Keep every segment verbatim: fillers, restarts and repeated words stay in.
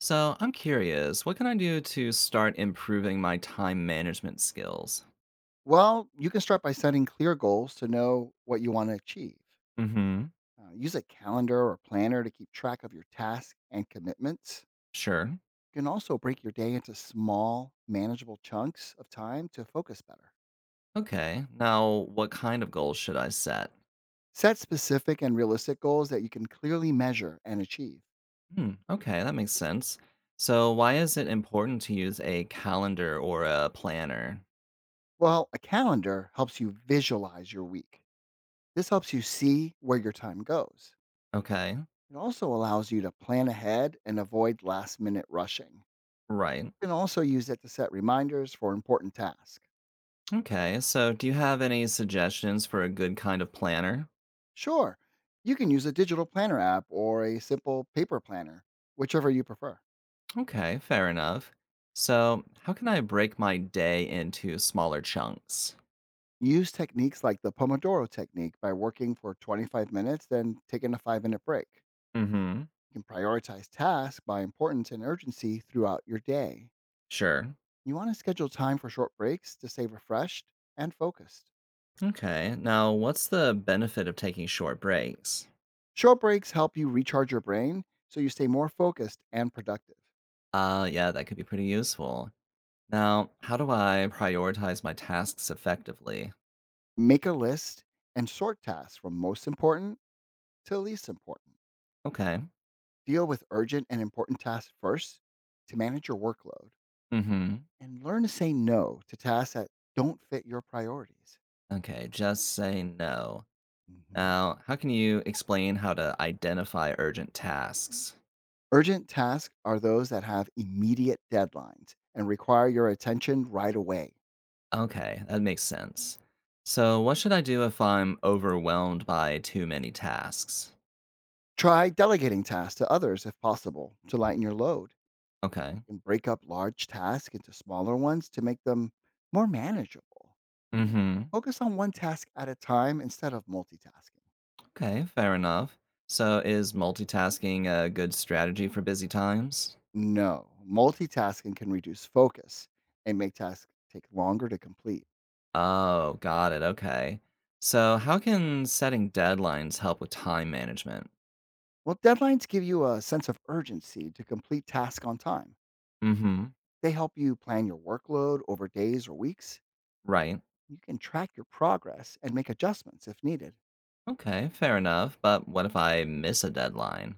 So I'm curious, what can I do to start improving my time management skills? Well, you can start by setting clear goals to know what you want to achieve. Mm-hmm. Uh, use a calendar or planner to keep track of your tasks and commitments. Sure. You can also break your day into small, manageable chunks of time to focus better. Okay. Now, what kind of goals should I set? Set specific and realistic goals that you can clearly measure and achieve. Hmm. Okay, that makes sense. So why is it important to use a calendar or a planner? Well, a calendar helps you visualize your week. This helps you see where your time goes. Okay. It also allows you to plan ahead and avoid last minute rushing. You Right. can also use it to set reminders for important tasks. Okay. So do you have any suggestions for a good kind of planner? Sure, you can use a digital planner app or a simple paper planner, whichever you prefer. Okay, fair enough. So how can I break my day into smaller chunks? Use techniques like the Pomodoro technique by working for twenty-five minutes, then taking a five minute break. Mm-hmm. You can prioritize tasks by importance and urgency throughout your day. Sure. You want to schedule time for short breaks to stay refreshed and focused. Okay. Now, what's the benefit of taking short breaks? Short breaks help you recharge your brain so you stay more focused and productive. Uh, yeah, that could be pretty useful. Now, how do I prioritize my tasks effectively? Make a list and sort tasks from most important to least important. Okay. Deal with urgent and important tasks first to manage your workload Mm-hmm. and learn to say no to tasks that don't fit your priorities. Okay, just say no. hmm Now, how can you explain how to identify urgent tasks? Urgent tasks are those that have immediate deadlines and require your attention right away. Okay, that makes sense. So, what should I do if I'm overwhelmed by too many tasks? Try delegating tasks to others if possible to lighten your load. Okay. And break up large tasks into smaller ones to make them more manageable. And Mm-hmm. focus on one task at a time instead of multitasking. Okay, fair enough. So is multitasking a good strategy for busy times? No, multitasking can reduce focus and make tasks take longer to complete. Oh, got it. Okay. So how can setting deadlines help with time management? Well, deadlines give you a sense of urgency to complete tasks on time. Mm-hmm. They help you plan your workload over days or weeks. Right. You can track your progress and make adjustments if needed. Okay, fair enough. But what if I miss a deadline?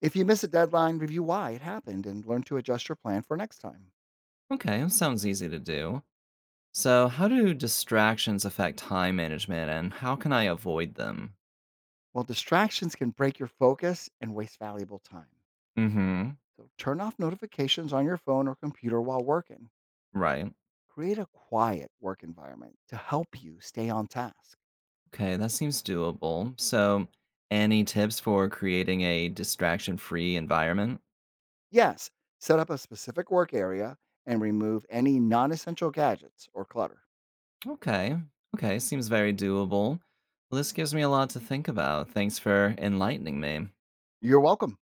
If you miss a deadline, review why it happened and learn to adjust your plan for next time. Okay, sounds easy to do. So how do distractions affect time management and how can I avoid them? Well, distractions can break your focus and waste valuable time. Mm-hmm. So turn off notifications on your phone or computer while working. Right. Create a quiet work environment to help you stay on task. Okay, that seems doable. So, any tips for creating a distraction-free environment? Yes, set up a specific work area and remove any non essential gadgets or clutter. Okay. Okay, seems very doable. Well, this gives me a lot to think about. Thanks for enlightening me. You're welcome.